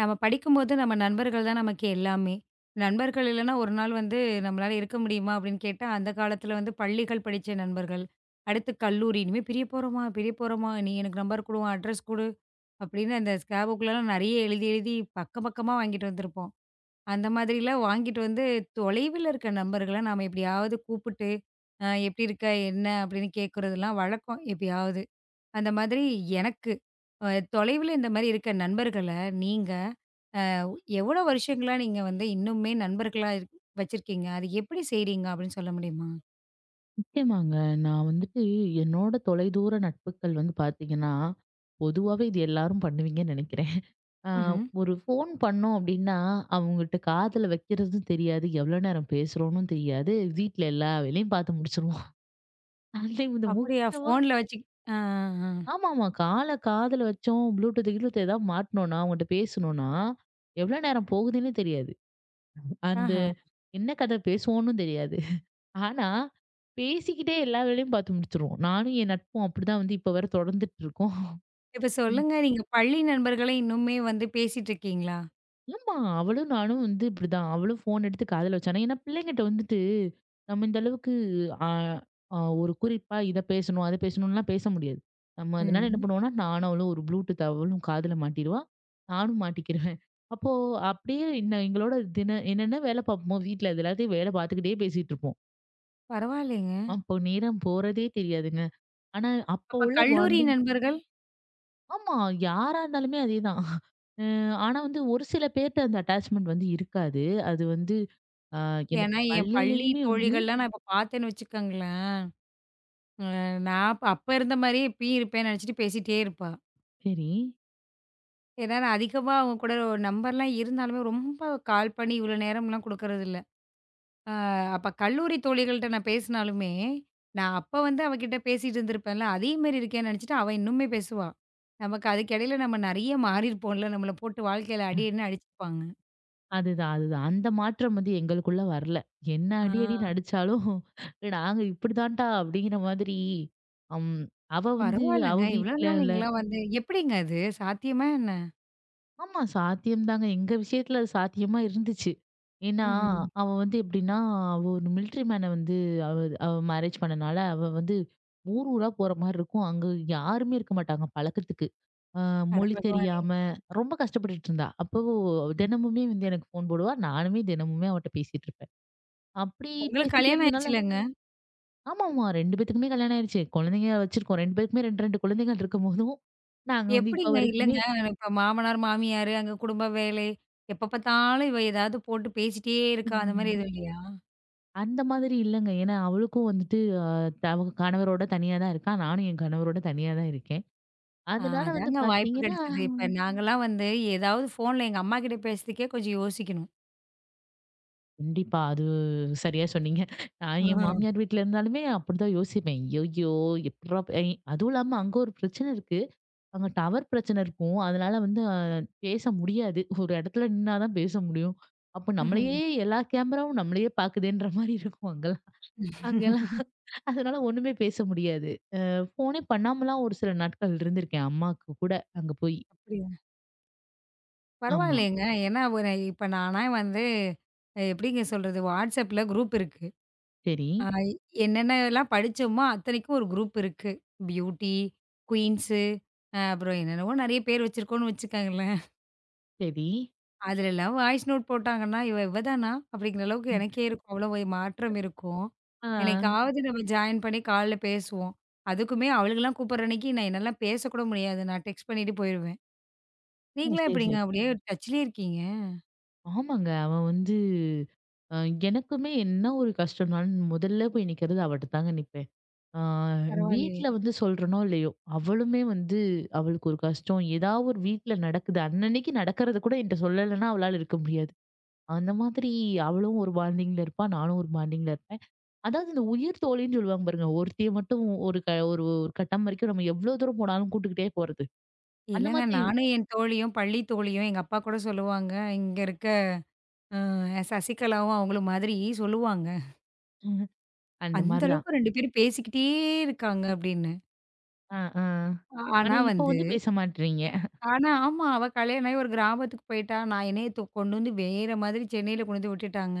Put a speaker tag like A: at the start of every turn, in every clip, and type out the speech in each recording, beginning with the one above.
A: நம்ம படிக்கும்போது நம்ம நண்பர்கள் தான் நமக்கு எல்லாமே. நண்பர்கள் இல்லன்னா ஒரு நாள் வந்து நம்மளால இருக்க முடியுமா? அப்படின்னு கேட்டா, அந்த காலத்துல வந்து பள்ளிகள் படிச்ச நண்பர்கள். அடுத்து கல்லூரி. இனிமே பிரிய போறோமா? பிரிய போறோமா? நீ எனக்கு நம்பர் குடு, உன் அட்ரஸ் குடு. அப்படின்னு அந்த ஸ்காபுக்குலாம் நெறைய எழுதி எழுதி பக்கம் பக்கமா வாங்கிட்டு வந்திருப்போம். அந்த மாதிரிலாம் வாங்கிட்டு வந்து தொலைவில இருக்க நண்பர்கள நாம எப்படியாவது கூப்பிட்டு, எப்படி இருக்க? என்ன? அப்படின்னு கேட்கறதெல்லாம் வழக்கம் எப்பயாவது. அந்த மாதிரி எனக்கு அ தொலைவில இந்த மாரி இருக்க நண்பர்கள நீங்க எவ்வளோ வருஷங்களா நீங்க வந்து இன்னுமே நண்பர்களா வச்சிருக்கீங்க? அது எப்படி செய்றீங்க அப்படின்னு சொல்ல முடியுமா?
B: நிச்சயமாங்க. நான் வந்துட்டு என்னோட தொலைதூர நட்புக்கள் வந்து பார்த்தீங்கன்னா, பொதுவாவே இது எல்லாரும் பண்ணுவீங்கன்னு நெனைக்கிறேன். ஆ
A: ம்ஹ்ம்.
B: ஒரு ஃபோன் பண்ணோம் அப்டின்னா, அவங்கள்ட்ட காதுல வைக்கிறதும் தெரியாது, எவ்வளோ நேரம் பேசுறோம்னும் தெரியாது, வீட்ல எல்லா வேலையும் பார்த்து முடிச்சுருவோம். அதுலயும் இந்த
A: அப்படியா?
B: முக்கியமா
A: ஃபோன்ல வச்சு ஆ, ஆ, ஆ.
B: ஆமாமா. கால காதுல வச்சோம், ப்ளூடூத் கீழூத் ஏதாவது மாட்னோம்னா, அவங்கட்ட பேசணும்னா, எவ்வளோ நேரம் போகுதுன்னே தெரியாது. அந்த
A: ஆஹ.
B: என்ன கதை பேசுவோம்னும் தெரியாது. ஆனா, பேசிக்கிட்டே எல்லா வேலையும் பார்த்து முடிச்சுருவோம். நானும் என் நட்பும் அப்படிதான் வந்து இப்ப வர தொடர்ந்துட்டு இருக்கோம்.
A: இப்ப
B: ம்.
A: சொல்லுங்க, நீங்க பள்ளி நண்பர்கள இன்னுமே வந்து பேசிட்டு இருக்கீங்களா?
B: ஆமா. அவளும் நானும் வந்து இப்படிதான். அவளும் ஃபோன் எடுத்து காதுல வச்சா. ஏன்னா பிள்ளைங்கட்ட வந்துட்டு நம்ம இந்த அளவுக்கு அ அ ஒரு குறிப்பா இத பேசணும், அத பேசணும்லாம் பேச முடியாது. நம்ம அதனால என்ன
A: ம்.
B: பண்ணுவோம்னா, நானும் அவளும் ஒரு ப்ளூடூத் அவளும் காதுல மாட்டிருவா. நானும் மாட்டிக்கிருவேன். அப்போ அப்படியே என்ன எங்களோட தின என்னென்ன வேலை பார்ப்போமோ வீட்ல அது எல்லாத்தையும் வேலை பார்த்துக்கிட்டே பேசிட்டு இருப்போம்.
A: பரவாயில்லைங்க.
B: அப்போ நேரம் போறதே தெரியாதுங்க. ஆனா அப்போ
A: அப்ப
B: உள்ள
A: கல்லூரி
B: பாண்டிங்.
A: நண்பர்கள்?
B: ஆமா. யாரா இருந்தாலுமே அதேதான். அ ஆனா வந்து ஒரு சில பேர்ட்ட அந்த அட்டாச்மெண்ட் வந்து இருக்காது. அது வந்து அ எனக்கு
A: ஏன்னா என் பள்ளி
B: பள்ளியிலயுமே வந்து
A: தோழிகள்லாம் நான் இப்ப பார்த்தேன்னு வச்சுக்கோங்களேன், அ நான் அப்ப அப்ப இருந்த மாரியே இப்பயும் இருப்பேன்னு நினைச்சுட்டு பேசிட்டே இருப்பா.
B: சரி.
A: ஏன்னா நான் அதிகமா அவங்க கூட ஒரு நம்பர்லாம் இருந்தாலுமே ரொம்ப கால் பண்ணி இவ்வளோ நேரம்லாம் குடுக்கறதில்ல. அ அப்ப கல்லூரி தோழிகள்ட்ட நான் பேசினாலுமே, நான் அப்ப வந்து அவகிட்ட பேசிட்டு இருந்திருப்பேன்ல, அதே மாரி இருக்கேன்னு நினைச்சுட்டு அவ இன்னுமே பேசுவா. நமக்கு அதுக்கிடையில நம்ம நெறைய மாறியிருப்போம்ல, நம்மள போட்டு வாழ்க்கையில அடின்னு அடிச்சுருப்பாங்க.
B: அதுதான், அதுதான். அந்த மாற்றம் வந்து எங்களுக்குள்ள வரல. என்ன
A: ஆ.
B: அடி அடின்னு அடிச்சாலும், நாங்க இப்படிதான்டா அப்படிங்கிற மாதிரி, அம் அவ வந்து அவ
A: பரவாயில்லங்க. இவ்ளோ
B: வீட்ல
A: நாள் நீங்கலாம் வந்து எப்படிங்க அது சாத்தியமா என்ன?
B: ஆமா சாத்தியம் தாங்க. எங்க விஷயத்துல அது சாத்தியமா இருந்துச்சு. ஏன்னா,
A: ம்ஹ்ம்.
B: அவ வந்து எப்படின்னா, அவ ஒரு மிலிட்டரி மேன வந்து அவ அவ மேரேஜ் பண்ணனால, அவ வந்து ஊர் ஊரா போற மாரி இருக்கும். அங்க யாருமே இருக்க மாட்டாங்க பழக்கத்துக்கு. அ
A: அட
B: மொழி
A: பகவானே!
B: தெரியாம ரொம்ப கஷ்டப்பட்டுட்டு இருந்தா. அப்போ
A: ம்.
B: தினமுமே வந்து எனக்கு ஃபோன் போடுவா. நானுமே தினமுமே அவட்ட பேசிட்டு இருப்பேன். அப்படி
A: உங்களுக்கு
B: பேசிட்டே
A: கல்யாணம்
B: இருந்தனால
A: ஆயிடுச்சுல்லங்க?
B: ஆமாமா 2 பேத்துக்குமே கல்யாணம் ஆயிருச்சு. குழந்தைங்க வச்சிருக்கோம். 2 பேருக்குமே 2, 2 குழந்தைகள் இருக்கும்போதும், நாங்க வந்து இப்ப
A: எப்படிங்க? இல்லங்க,
B: வரைக்குமே
A: இப்ப மாமனார், மாமியாரு, அங்க குடும்ப வேலை, எப்ப பார்த்தாலும் இவ ஏதாவது போட்டு பேசிட்டே இருக்கா, அந்த மாரி எதுவும் இல்லையா?
B: அந்த மாதிரி இல்லங்க. ஏன்னா அவளுக்கும் வந்துட்டு அ அவங்க கணவரோட தனியா தான் இருக்கா. நானும் என் கணவரோட தனியா தான் இருக்கேன்.
A: ஆ,
B: அதனால வந்து
A: அதாங்க வாய்ப்பு
B: பார்த்தீங்கன்னா
A: கிடைச்சது. இப்ப நாங்கலாம் வந்து ஏதாவது ஃபோன்ல எங்க அம்மாகிட்ட பேசுறதுக்கே கொஞ்சம் யோசிக்கணும்.
B: கண்டிப்பா அது சரியா சொன்னீங்க. நான்
A: ஆ.
B: என் மாமியார் வீட்ல இருந்தாலுமே அப்படிதான் யோசிப்பேன். ஐய்யய்யோ! எப்புட்றா எ அதுவும் இல்லாம அங்க ஒரு பிரச்சனை இருக்கு. அங்க டவர் பிரச்சனை இருக்கும். அதனால வந்து பேச முடியாது. ஒரு இடத்துல நின்னா தான் பேச முடியும். அப்ப
A: ம்ஹ்ம்.
B: நம்மளையே எல்லா கேமராவும் நம்மளையே பாக்குதேன்ற மாரி இருக்கும் அங்கலாம். அங்கலாம் அதனால ஒண்ணுமே பேச முடியாது. ஃபோனே பண்ணாமலாம் ஒரு சில நாட்கள் இருந்திருக்கேன் அம்மாக்கு கூட அங்க போய்.
A: அப்படியா?
B: ஆமா.
A: பரவாயில்லையேங்க. ஏன்னா ஒரு இப்ப நானா வந்து எப்படிங்க சொல்றது? WhatsAppல குரூப் இருக்கு.
B: சரி,
A: அ என்னென்னலாம் படிச்சோமோ அத்தனைக்கும் ஒரு குரூப் இருக்கு. பியூட்டி, குயின்ஸு அப்புறம் என்னென்னவோ நெறைய பேர் வச்சிருக்கோம்னு வச்சுக்கங்களேன்.
B: சரி.
A: அதுல எல்லாம் வாய்ஸ் நோட் போட்டாங்கன்னா, "இவ இவ தானா?" அப்படிங்கிற அளவுக்கு
B: ம்.
A: எனக்கே இருக்கும். அவ்வளோ ஒரு மாற்றம் இருக்கும்.
B: ஆ.
A: என்னைக்காவது நம்ம ஜாயின் பண்ணி கால்ல பேசுவோம். அதுக்குமே அவளுங்கலாம் கூப்பிடுற அன்னைக்கு நான் என்னாலாம் பேசக்கூட முடியாது. நான் டெக்ஸ்ட் பண்ணிட்டு போயிருவேன்.
B: ஓ!
A: நீங்கலாம்
B: சரி,
A: எப்படிங்க
B: சரி.
A: அப்படியே டச்லயே இருக்கீங்க?
B: ஆமாங்க. அவன் வந்து அ எனக்குமே என்ன ஒரு கஷ்டம்னாலும் முதல்ல போய் நிக்கிறது அவட்ட தாங்க நிப்பேன். ஆ
A: பரவாயில்லையே.
B: வீட்ல வந்து சொல்றனோ இல்லையோ, அவளுமே வந்து அவளுக்கு ஒரு கஷ்டம் ஏதாவது ஒரு வீட்ல நடக்குது. அன்னன்னைக்கு நடக்கிறத கூட என்ட்ட சொல்லலைன்னா அவளால இருக்க முடியாது. அந்த மாதிரி அவளும் ஒரு பாண்டிங்ல இருப்பா. நானும் ஒரு பாண்டிங்ல இருப்பேன். அதாவது இந்த உயிர் தோழின்னு சொல்லுவாங்க பாருங்க. ஒருத்திய மட்டும் ஒரு க ஒரு ஒரு கட்டம் வரைக்கும் நம்ம எவ்ளோ தூரம் போனாலும் கூட்டுக்கிட்டே போறது. அந்த
A: இல்லங்க,
B: மாதிரி
A: நானும் என் தோழியும், பள்ளி தோழியும், எங்க அப்பா கூட சொல்லுவாங்க. இங்க இருக்க சசிகலாவும் அவங்களும் மாதிரி சொல்லுவாங்க.
B: ம், அந்த
A: அந்த
B: மாரிதான்.
A: அளவுக்கு 2 பேரும் பேசிக்கிட்டே இருக்காங்க அப்படின்னு.
B: ஆ, ஆ.
A: ஆனா
B: ஆனா இப்ப
A: வந்து
B: வந்து பேச மாட்றீங்க.
A: ஆனா ஆமா. அவ கல்யாணம் ஆகி ஒரு கிராமத்துக்கு போயிட்டா. நான் என்னைய கொண்டு வந்து வேற மாதிரி சென்னையில கொண்டு வந்து விட்டுட்டாங்க.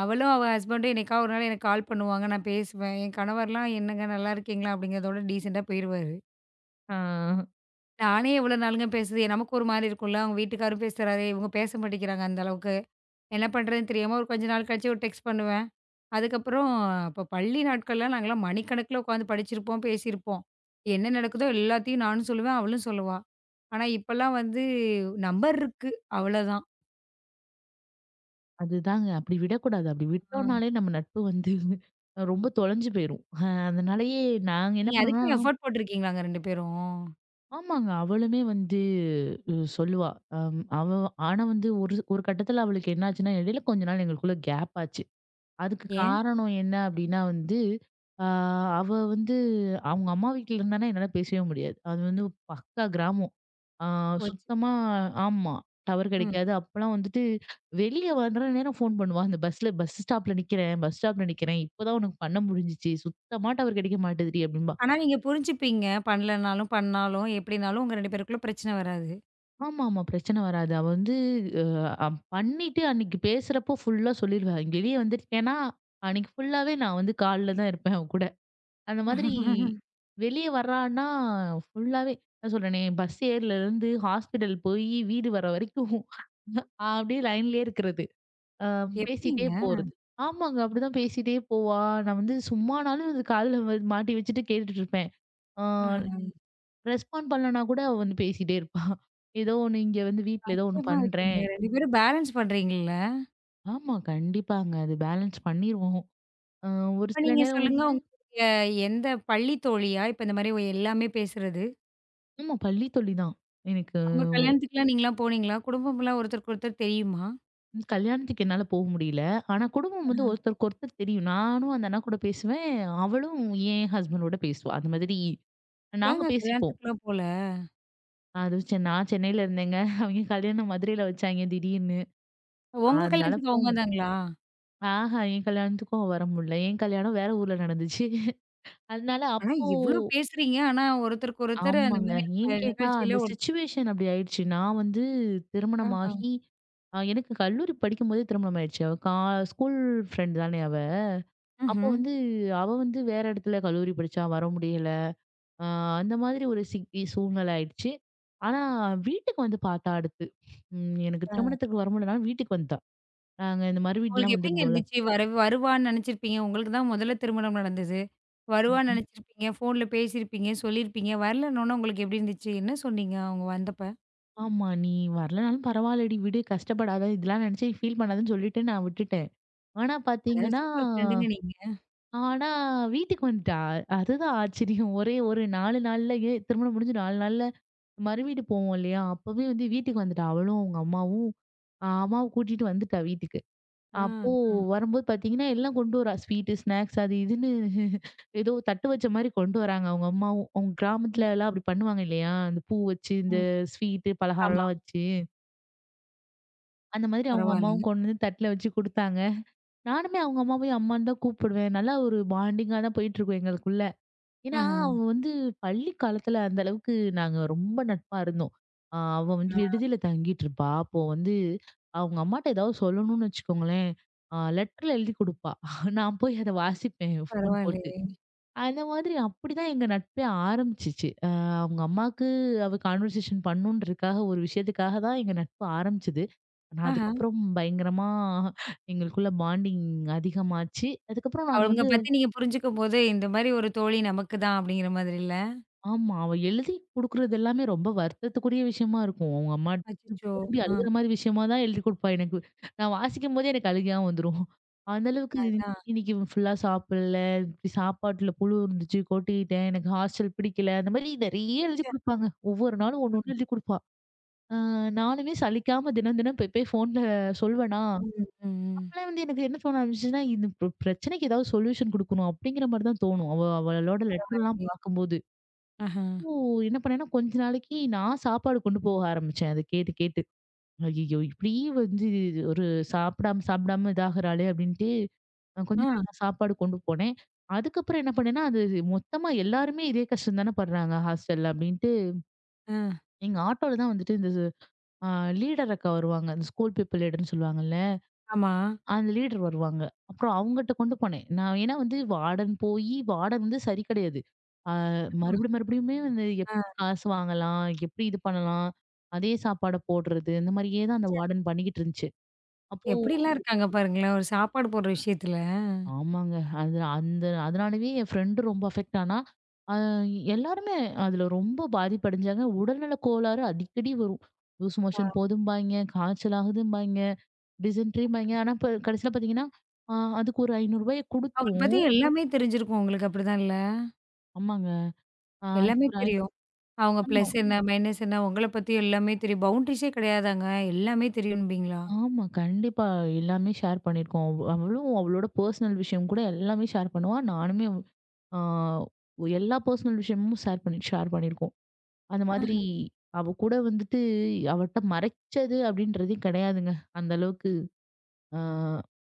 A: அவளும் அவ ஹஸ்பண்டும் என்னைக்காவது ஒரு நாள் எனக்கு கால் பண்ணுவாங்க. நான் பேசுவேன். என் கணவர்லாம் "என்னங்க, நல்லா இருக்கீங்களா?" அப்படிங்கிறதோட டீசென்ட்டா போயிருவாரு.
B: ஆ.
A: நானே எவ்வளோ நாளுங்க பேசுறது. நமக்கு ஒரு மாரி இருக்கும்ல. அவங்க வீட்டுக்காரும் பேசுறாரு. இவங்க பேச மாட்டேங்கிறாங்க அந்த அளவுக்கு. என்ன பண்றதுன்னு தெரியாம ஒரு கொஞ்ச நாள் கழிச்சு ஒரு டெக்ஸ்ட் பண்ணுவேன். அதுக்கப்புறம் அப்ப பள்ளி நாட்கள்லாம் நாங்கலாம் மணிக்கணக்குல உட்காந்து படிச்சிருப்போம், பேசியிருப்போம். என்ன நடக்குதோ எல்லாத்தையும் நானும் சொல்லுவேன், அவளும் சொல்லுவா. ஆனா, இப்பலாம் வந்து நம்பர் இருக்கு. அவ்வளோதான்.
B: அதுதாங்க. அப்படி விடக்கூடாது. அப்படி
A: ஆ.
B: விட்டோம்னாலே நம்ம நட்பு வந்து ரொம்ப தொலைஞ்சு போயிரும். அதனாலயே நாங்க என்ன
A: நீங்க
B: பண்ணோம்னா
A: அதுக்குன்னு எஃபோர்ட் போட்டிருக்கீங்களாங்க 2 பேரும்?
B: ஆமாங்க. அவளுமே வந்து சொல்லுவா. அம் அவ ஆனா வந்து ஒரு ஒரு கட்டத்துல அவளுக்கு என்னாச்சுன்னா, இடையில கொஞ்ச நாள் எங்களுக்குள்ள கேப் ஆச்சு. அதுக்கு
A: ஏன்?
B: காரணம் என்ன அப்டின்னா வந்து, ஆ அவ வந்து அவங்க அம்மா வீட்ல இருந்தான்னா என்னால பேசவே முடியாது. அது வந்து பக்கா கிராமம். ஆ
A: போச்சு.
B: சுத்தமா ஆமா. டவர்
A: ம்.
B: கிடைக்காது. அப்பலாம் வந்துட்டு வெளிய வர்ற நேரம் ஃபோன் பண்ணுவா. அந்த பஸ்ல பஸ் ஸ்டாப்ல நிக்கிறேன், பஸ் ஸ்டாப்ல நிக்கிறேன். இப்பதான் உனக்கு பண்ண முடிஞ்சுச்சு. சுத்தமா டவர் கிடைக்க மாட்டேதுடி அப்டிம்பா.
A: ஆனா, நீங்க புரிஞ்சுப்பீங்க. பண்ணலனாலும், பண்ணாலும், எப்படினாலும் உங்க 2 பேருக்குள்ள பிரச்சனை வராது.
B: ஆமாமா. பிரச்சனை வராது. அவ வந்து அ பண்ணிட்டு அன்னைக்கு பேசுறப்போ ஃபுல்லா சொல்லிருவா. வெளிய வந்துட்டேன்னா, அன்னைக்கு ஃபுல்லாவே நான் வந்து கால்ல தான் இருப்பேன் அவ கூட. அந்த மாதிரி வெளிய வர்றான்னா, ஃபுல்லாவே நான் சொல்றேனே பஸ் ஏறுலருந்து ஹாஸ்பிட்டல் போயி வீடு வர வரைக்கும் அப்படியே லைன்லயே இருக்கிறது. அ பேசிட்டே
A: எப்படிங்க?
B: போறது. ஆமாங்க. அப்படிதான் பேசிட்டே போவா. நான் வந்து சும்மானாலும் அது காதுல மாட்டி வச்சுட்டு கேட்டுட்டு இருப்பேன். ஆ
A: ஆஹா.
B: ரெஸ்பாண்ட் பண்ணலனா கூட அவ வந்து பேசிட்டே இருப்பா. ஏதோ ஒண்ணு இங்க வந்து வீட்ல ஏதோ ஒண்ணு
A: ஆச்சரியமா இருக்குங்க.
B: பண்றேன்.
A: 2 பேரும் பேலன்ஸ் பண்றீங்கல்ல.
B: ஆமா, கண்டிப்பாங்க. அது பேலன்ஸ் பண்ணிருவோம். அ ஒரு
A: இப்ப
B: சில
A: நீங்க
B: நேரம்
A: சொல்லுங்க,
B: வந்துட்டு
A: உங்களுக்கு எந்த பள்ளி தோழியா? இப்ப இந்த மாரி எல்லாமே பேசுறது?
B: ஆமா பள்ளி தொல்லிதான். எனக்கு
A: அவங்க கல்யாணத்துக்குலாம் நீங்கலாம் போனீங்களா? குடும்பம்லாம் ஒருத்தருக்கு ஒருத்தர் தெரியுமா?
B: ம். கல்யாணத்துக்கு என்னால போக முடியல. ஆனா குடும்பம் வந்து ஒருத்தருக்கு ஒருத்தர் தெரியும். நானும் அந்த அண்ணா கூட பேசுவேன். அவளும் என் ஹஸ்பண்டோட பேசுவா. அந்த மாதிரி நாங்க
A: ஏங்க
B: பேசிப்போம்.
A: கல்யாணத்துக்குலாம் போல?
B: அது செ நான் சென்னையில இருந்தேங்க. அவங்க கல்யாணம் மதுரையில வச்சாங்க திடீர்னு.
A: உங்க
B: அதனால
A: கல்யாணத்துக்கு
B: போ
A: அவங்க வந்தாங்களா?
B: ஆஹா என் கல்யாணத்துக்கும் அவ வர முடியல. என் கல்யாணம் வேற ஊர்ல நடந்துச்சு. அதனால
A: ஆனா
B: அப்போ
A: இவ்ளோ பேசுறீங்க. ஆனா ஒருத்தருக்கு ஒருத்தர் அந்த
B: ஆமாங்க.
A: மாரி
B: ஏன்
A: இப்ப
B: கேட்டா அந்த
A: நிகழ்ச்சியில
B: சிச்சுவேஷன் அப்படி ஆயிடுச்சு. நான் வந்து
A: ஒருத்தருக்கா
B: திருமணமாகி எனக்கு கல்லூரி படிக்கும்போதே திருமணம் ஆயிடுச்சு. அவ கா ஸ்கூல் ஃப்ரெண்ட் தானே அவ. அப்போ
A: ம்ஹ்ம்.
B: வந்து அவ வந்து வேற இடத்துல கல்லூரி படிச்சா, வர முடியல. அ அந்த மாதிரி ஒரு சிக்கி சூழ்நிலை ஆயிடுச்சு. ஆனா வீட்டுக்கு வந்து பார்த்தா அடுத்து. ம் எனக்கு திருமணத்துக்கு வர முடியலனாலும் வீட்டுக்கு வந்துட்டா. நாங்க இந்த மறு
A: உங்களுக்கு
B: வீடுலாம்
A: எப்படிங்க
B: வந்திருந்தோம்ல.
A: இருந்துச்சு? வருவான்னு நெனச்சிருப்பீங்க. உங்களுக்கு தான் முதல்ல திருமணம் நடந்தது. வருவான்னு
B: ம்ஹ்ம்.
A: நெனச்சிருப்பீங்க. ஃபோன்ல பேசியிருப்பீங்க, சொல்லியிருப்பீங்க. வரலன்னோன உங்களுக்கு எப்படி இருந்துச்சு? என்ன சொன்னீங்க அவங்க வந்தப்ப?
B: ஆமா. "நீ வரலனாலும் பரவாயில்லடி விடு, கஷ்டப்படாத. இதெல்லாம் நினைச்சு ஃபீல் பண்ணாதன்னு" சொல்லிட்டு நான் விட்டுட்டேன். ஆனா
A: அட
B: பார்த்தீங்கன்னா,
A: சூப்பர் ஃப்ரெண்டுங்க நீங்க.
B: ஆனா வீட்டுக்கு வந்துட்டா. அதுதான் ஆச்சரியம். ஒரே ஒரு 4 நாள்லயே திருமணம் முடிஞ்சு 4 நாள்ல மறுவீடு போவோம் இல்லையா? அப்பவே வந்து வீட்டுக்கு வந்துட்டா. அவளும், அவங்க அம்மாவும் அம்மாவ கூட்டிட்டு வந்துட்டா வீட்டுக்கு.
A: ஆ,
B: அப்போ
A: ஆ.
B: வரும்போது பார்த்தீங்கன்னா, எல்லாம் கொண்டு வரா. ஸ்வீட்டு, ஸ்நாக்ஸ் அது இதுன்னு ஏதோ தட்டு வச்ச மாரி கொண்டு வராங்க அவங்க அம்மாவும். அவங்க
A: ம்,
B: கிராமத்துல எல்லாம் அப்படி பண்ணுவாங்க இல்லையா? இந்த பூ வச்சு, இந்த
A: ம்.
B: ஸ்வீட்டு,
A: ஆமா.
B: பலகாரம்லாம் வச்சு, அந்த மாதிரி அவங்க அம்மாவும்
A: பரவாயில்லங்க.
B: கொண்டு வந்து தட்டுல வச்சு குடுத்தாங்க. நானுமே அவங்க அம்மாவையும் அம்மான்னு தான் கூப்பிடுவேன். நல்லா ஒரு பாண்டிங்கா தான் போயிட்டுருக்கும் எங்களுக்குள்ள. ஏன்னா, அவ வந்து பள்ளி காலத்துல அந்த அளவுக்கு நாங்க ரொம்ப நட்பா இருந்தோம். அவ வந்து
A: ஆஹ.
B: விடுதியில தங்கிட்டு இருப்பா. அப்போ வந்து அவங்க அம்மாட்ட ஏதாவது சொல்லணும்னு வச்சுக்கோங்களேன், லெட்டர்ல எழுதி குடுப்பா. நான் போய் அத வாசிப்பேன் ஃபோன் போட்டு.
A: பரவாயில்லையே!
B: அந்த மாதிரி அப்படிதான் எங்க நட்பே ஆரம்பிச்சுச்சு. அவங்க அம்மாக்கு அவ கான்வர்சேஷன் பண்ணணுன்றதுக்காக ஒரு விஷயத்துக்காக தான் எங்க நட்பு ஆரம்பிச்சது. ஆனா,
A: ஆஹ.
B: அதுக்கப்புறம் பயங்கரமா எங்களுக்குள்ள பாண்டிங் அதிகமாச்சு. அதுக்கப்புறம் நாங்க
A: அவங்க
B: வந்து
A: பத்தி நீங்க புரிஞ்சுக்கும்போது, இந்த மாரி ஒரு தோழி நமக்கு தான் அப்படிங்கிற மாதிரி இல்ல?
B: ஆமா. அவ எழுதி குடுக்குறது எல்லாமே ரொம்ப வருத்தத்துக்குரிய விஷயமா இருக்கும். அவங்க அம்மா
A: அச்சச்சோ!
B: புலம்பி
A: ஆ.
B: அழுகுற மாரி விஷயமா தான் எழுதி குடுப்பா எனக்கு. நான் வாசிக்கும்போதே எனக்கு அழுகையா வந்துரும். அந்த அளவுக்கு
A: அதான்.
B: இன்னைக்கு ஃபுல்லா சாப்பிடல, இப்படி சாப்பாட்டுல புழு இருந்துச்சு, கொட்டிட்டேன், எனக்கு ஹாஸ்டல் பிடிக்கல, அந்த மாரி நெறைய எழுதி
A: ச்சே!
B: குடுப்பாங்க. ஒவ்வொரு நாளும் ஒண்ணு ஒண்ணு எழுதி குடுப்பா. அ நானுமே சலிக்காம தினம் தினம் போய் போய் ஃபோன்ல சொல்வேனா,
A: ம், ம், ம்.
B: அப்பலாம் வந்து எனக்கு என்ன தோண ஆரம்பிச்சுச்சுன்னா, இந்த பிர பிரச்சனைக்கு ஏதாவது சொல்யூஷன் குடுக்கணும் அப்படிங்கிற மாரி தான் தோணும். அவளோட லெட்டர்லாம்
A: பரவாயில்லயே!
B: பார்க்கும்போது.
A: ஆஹா.
B: ஓ! என்ன பண்ணேன்னா, கொஞ்ச நாளைக்கு நான் சாப்பாடு கொண்டு போக ஆரம்பிச்சேன். அத கேட்டு கேட்டு. ஐயய்யோ! இப்படி வந்து ஒரு சாப்பிடாம சாப்பிடாம இதாகுறாளே அப்படின்ட்டு, கொஞ்ச
A: ஆ,
B: நாள் நான் சாப்பாடு கொண்டு போனேன். அதுக்கப்புறம் என்ன பண்ணேன்னா, அது மொத்தமா எல்லாருமே இதே கஷ்டம் தானே படுறாங்க ஹாஸ்டல்ல அப்படின்ட்டு,
A: ஆ.
B: எங்க ஆட்டோல தான் வந்துட்டு இந்த அ லீடர் அக்கா வருவாங்க. இந்த ஸ்கூல் பீப்பிள் லீடர்ன்னு சொல்லுவாங்கல்ல.
A: ஆமா.
B: அந்த லீடர் வருவாங்க. அப்புறம் அவங்கட்ட கொண்டு போனேன். நான் ஏன்னா வந்து வார்டன் போயி வார்டன் வந்து சரி கிடையாது. ஆ
A: அ,
B: மறுபடியும் மறுபடியுமே வந்து
A: ஆ.
B: எப்படி காசு வாங்கலாம்? எப்படி இது பண்ணலாம்? அதே சாப்பாட போடுறது, இந்த மாரியே தான் அந்த
A: ச்சே!
B: வார்டன் பண்ணிக்கிட்டு இருந்துச்சு. அப்போ
A: எப்படிலாம் இருக்காங்க பாருங்களேன், ஒரு சாப்பாடு போடுற விஷயத்துல.
B: ஆமாங்க. அது அந்த அதனாலவே என் ஃப்ரெண்டு ரொம்ப அஃபெக்ட் ஆனா. அ எல்லாருமே அதுல ரொம்ப பாதிப்படைஞ்சாங்க. உடல்நல கோளாறு அடிக்கடி வரும். லூஸ்
A: ஆ.
B: மோஷன் போதும்பாய்ங்க, காய்ச்சல் ஆகுதும்பாய்ங்க, டிசென்ட்ரிம்பாய்ங்க. ஆனா இப்ப கடைசியில பார்த்தீங்கன்னா, அ அதுக்கு ஒரு ரூ. 500
A: அவங்கள பத்தி
B: குடுத்தோம்.
A: எல்லாமே தெரிஞ்சிருக்கும் உங்களுக்கு அப்படிதான் இல்ல?
B: ஆமாங்க. ஆ
A: எல்லாமே
B: அதுக்கு ஒரு ஐ
A: தெரியும். அவங்க
B: ஆமா.
A: பிளஸ் என்ன, மைனஸ் என்ன, உங்கள பத்தி எல்லாமே தெரியும். பவுண்டரிஸே கிடையாதாங்க. எல்லாமே தெரியும்பீங்களா?
B: ஆமா. கண்டிப்பா. எல்லாமே ஷேர் பண்ணியிருக்கோம். அவளும் அவளோட பர்சனல் விஷயம் கூட எல்லாமே ஷேர் பண்ணுவா. நானுமே ஆ எல்லா பர்சனல் விஷயமும் ஷேர் பண்ணியிருக்கோம். அந்த மாதிரி
A: ஆ,
B: அவ கூட வந்துட்டு அவட்ட மறைச்சது அப்படின்றதே கிடையாதுங்க. அந்த அளவுக்கு ஆ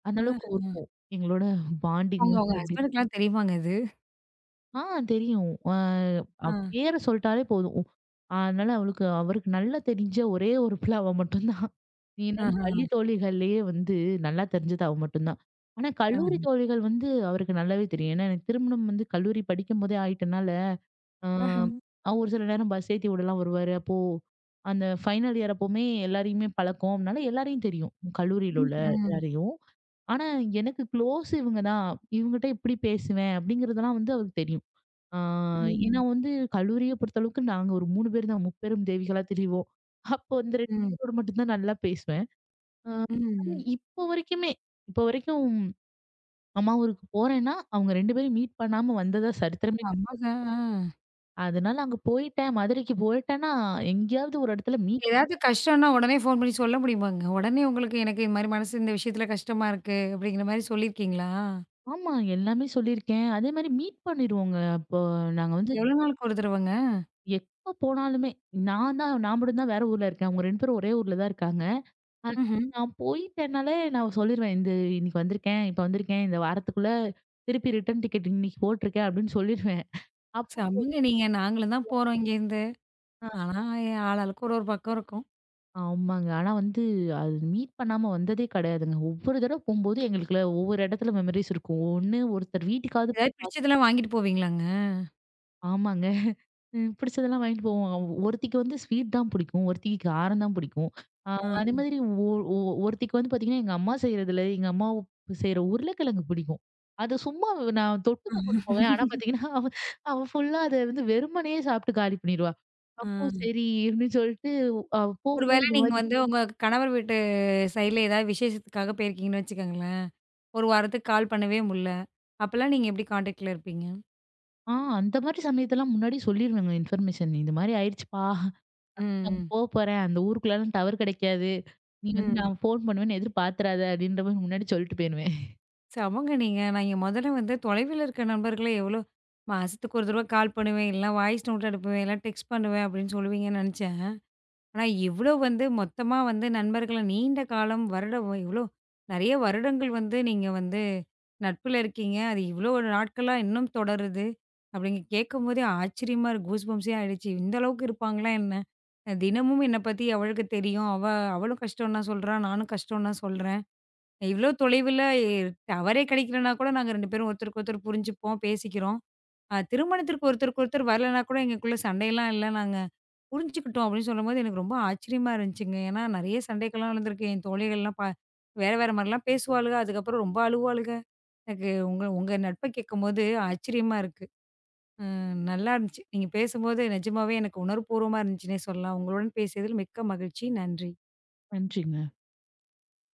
A: ஆ.
B: இருக்கும். எங்களோட பாண்டிங்
A: அவங்க
B: வந்து
A: உங்க
B: அப்படி.
A: ஹஸ்பண்டுக்குலாம் தெரியுமாங்க இது?
B: ஆ தெரியும். அ
A: ஆ.
B: அவ ம். பேர சொல்ட்டாலே போதும். ஓ, அதனால அவளுக்கு அவருக்கு நல்லா தெரிஞ்ச ஒரே ஒரு பிள்ளை அவ மட்டும் தான். ஏன்னா
A: ஆஹா.
B: பள்ளி தோழிகள்லயே வந்து நல்லா தெரிஞ்சது அவ மட்டும் தான். ஆனா
A: ஆ.
B: கல்லூரி தோழிகள் வந்து அவருக்கு நல்லாவே தெரியும். ஏன்னா எனக்கு திருமணம் வந்து கல்லூரி படிக்கும்போதே ஆயிட்டனால, அ
A: ஆஹா.
B: ம். ஒரு சில நேரம் பஸ் ஏத்தி விடலாம் வருவாரு. அப்போ அந்த ஃபைனல் இயர் அப்பவுமே எல்லாரையுமே பழக்கம். அதனால எல்லாரையும் தெரியும். கல்லூரியில
A: ம்,
B: உள்ள ம்.
A: ம்.
B: எல்லாரையும். ஆனா எனக்கு க்ளோஸ் இவங்க தான். இவங்ககிட்ட எப்படி பேசுவேன் அப்படிங்கிறதெல்லாம் வந்து அவருக்கு தெரியும். ஆ ம். ஏன்னா
A: ம்.
B: வந்து கல்லூரிய பொறுத்தளவுக்கு நாங்க ஒரு 3 பேர் தான் முப்பெரும் தேவிகளா திரிவோம். அப்போ அந்த 2
A: ம்.
B: பேரோட மட்டும் தான் நல்லா பேசுவேன். அ ஆனா
A: ம்.
B: இப்போ வரைக்கும் அம்மா ஊருக்கு போறேன்னா, அவங்க 2 பேரையும் மீட் பண்ணாம வந்ததா சரித்திரமே கிடையாது.
A: ஆமாங்க. ஆ.
B: அதனால அங்க போயிட்டேன், மதுரைக்கு போயிட்டேன்னா, எங்கேயாவது ஒரு இடத்துல மீட்
A: ஏதாவது கஷ்டம்னா உடனே ஃபோன் பண்ணி சொல்ல முடியுமாங்க? உடனே உங்களுக்கு எனக்கு இந்த மாரி மனசு இந்த விஷயத்துல கஷ்டமா இருக்கு அப்படிங்கிற மாரி சொல்லியிருக்கீங்களா?
B: ஆமா எல்லாமே சொல்லியிருக்கேன். அதேமாரி மீட் பண்ணிருவோங்க. அப்போ நாங்க வந்து
A: எவ்வளோ நாளுக்கு ஒரு தடவங்க?
B: எப்ப போனாலுமே, நான் மட்டும் தான் வேற ஊர்ல இருக்கேன். அவங்க 2 பேரும் ஒரே ஊர்ல தான் இருக்காங்க. அதனால
A: ம்ஹ்ம்.
B: நான் போயிட்டேன்னாலே நான் சொல்லிருவேன். இந்த இன்னைக்கு வந்திருக்கேன், இப்ப வந்திருக்கேன். இந்த வாரத்துக்குள்ள திருப்பி ரிட்டர்ன் டிக்கெட் இன்னைக்கு போட்டிருக்கேன் அப்படின்னு சொல்லிருவேன். அப்போ
A: செம்மங்க நீங்க. நாங்களும் தான் போறோம் இங்கேருந்து.
B: அ
A: ஆனா ஆளாளுக்கு ஒரு ஒரு பக்கம் இருக்கும்.
B: ஆமாங்க. ஆனா வந்து அது மீட் பண்ணாம வந்ததே கிடையாதுங்க. ஒவ்வொரு தடவ போம்போது எங்களுக்குள்ள ஒவ்வொரு இடத்துல மெமரிஸ் இருக்கும். ஒண்ணு ஒருத்தர் வீட்டுக்காவது
A: ஏதாவது பிடிச்சதெல்லாம் வாங்கிட்டு போவீங்களாங்க?
B: ஆமாங்க. ம். பிடிச்சதெல்லாம் வாங்கிட்டு போவோம். ஒருத்திக்கு வந்து ஸ்வீட் தான் பிடிக்கும். ஒருத்திக்கு காரம் தான் பிடிக்கும். அ அதே
A: ஆ.
B: மாதிரி ஒ ஒ ஒருத்திக்கு வந்து பார்த்தீங்கன்னா, எங்க அம்மா செய்ற உருளைக்கிழங்கு பிடிக்கும். அது சும்மா நான் தொட்டுக்க கொண்டு போவேன். ஆனா பார்த்தீங்கன்னா, அவ அவ ஃபுல்லா அத வந்து வெறுமனே சாப்பிட்டு காலி பண்ணிருவா.
A: ஆ.
B: அப்போ சரி அப்படின்னு சொல்லிட்டு அவ
A: ஒரு
B: போம்போது
A: வேளை
B: இந்த
A: நீங்க
B: மாரி
A: வந்து உங்க கணவர் வீட்டு சைட்ல ஏதாவது விசேஷத்துக்காக போயிருக்கீங்கன்னு வச்சுக்கோங்களேன். ஒரு வாரத்துக்கு கால் பண்ணவே முடில. அப்பலாம் நீங்க எப்படி கான்டாக்ட்ல இருப்பீங்க?
B: ஆ அந்த மாரி சமயத்தெல்லாம் முன்னாடியே சொல்லிருவேங்க இன்ஃபர்மேஷன். இந்த மாரி ஆயிடுச்சுப்பா. நான்
A: ம்.
B: போ போறேன். அந்த ஊருக்குள்ளலாம் டவர் கிடைக்காது. நீ வந்து
A: ம்.
B: நான் ஃபோன் பண்ணுவேன்னு எதிர்பார்த்துறாத அப்படின்ற மாரி முன்னாடி சொல்லிட்டு போயிருவேன்.
A: செமங்க நீங்க. நான் இங்க மொதல்ல வந்து தொலைவில இருக்க நண்பர்கள எவ்ளோ மாசத்துக்கு ஒரு தடவ கால் பண்ணுவேன், இல்லனா வாய்ஸ் நோட் அனுப்புவேன், இல்ல டெக்ஸ்ட் பண்ணுவேன் அப்படின்னு சொல்லுவீங்கன்னு நெனச்சேன். ஆனா இவ்ளோ வந்து மொத்தமா வந்து நண்பர்கள நீண்ட காலம் வருடம் இவ்ளோ நெறைய வருடங்கள் வந்து நீங்க வந்து நட்புல இருக்கீங்க. அது இவ்ளோ நாட்களா இன்னும் தொடருது. அப்படின்னு கேட்கும்போதே ஆச்சரியமா இருக்கு. கூஸ் பம்ப்ஸே ஆயிடுச்சு. இந்த அளவுக்கு இருப்பாங்களா என்ன? தினமும் என்ன பத்தி அவளுக்கு தெரியும். அவ அவளும் கஷ்டம் தான் சொல்றா. நானும் கஷ்டம் தான் சொல்றேன். இவ்ளோ தொலைவுல டவரே கிடைக்கலன்னா கூட நாங்க 2 பேரும் ஒருத்தருக்கு ஒருத்தர் புரிஞ்சுப்போம், பேசிக்கிறோம். திருமணத்திற்கு ஒருத்தருக்கு ஒருத்தர் வரலன்னா கூட எங்களுக்குள்ள சண்டையெல்லாம் இல்ல. நாங்க புரிஞ்சுக்கிட்டோம் அப்படின்னு சொல்லும்போது எனக்கு ரொம்ப ஆச்சரியமா இருந்துச்சுங்க. ஏன்னா நெறைய சண்டைக்கெல்லாம் நடந்திருக்கு. என் தோழிகள்லாம் வேற வேற மாரிலாம் பேசுவாளுக. அதுக்கப்புறம் ரொம்ப அழுவாளுக. எனக்கு உங்க உங்க நட்ப கேட்கும்போது ஆச்சரியமா இருக்கு. ம், நல்லா இருந்துச்சு. நீங்க பேசும்போது நிஜமாவே எனக்கு உணர்வுபூர்வமா இருந்துச்சுன்னே சொல்லலாம். உங்களுடன் பேசியதில் மிக்க மகிழ்ச்சி. நன்றி.
B: நன்றிங்க.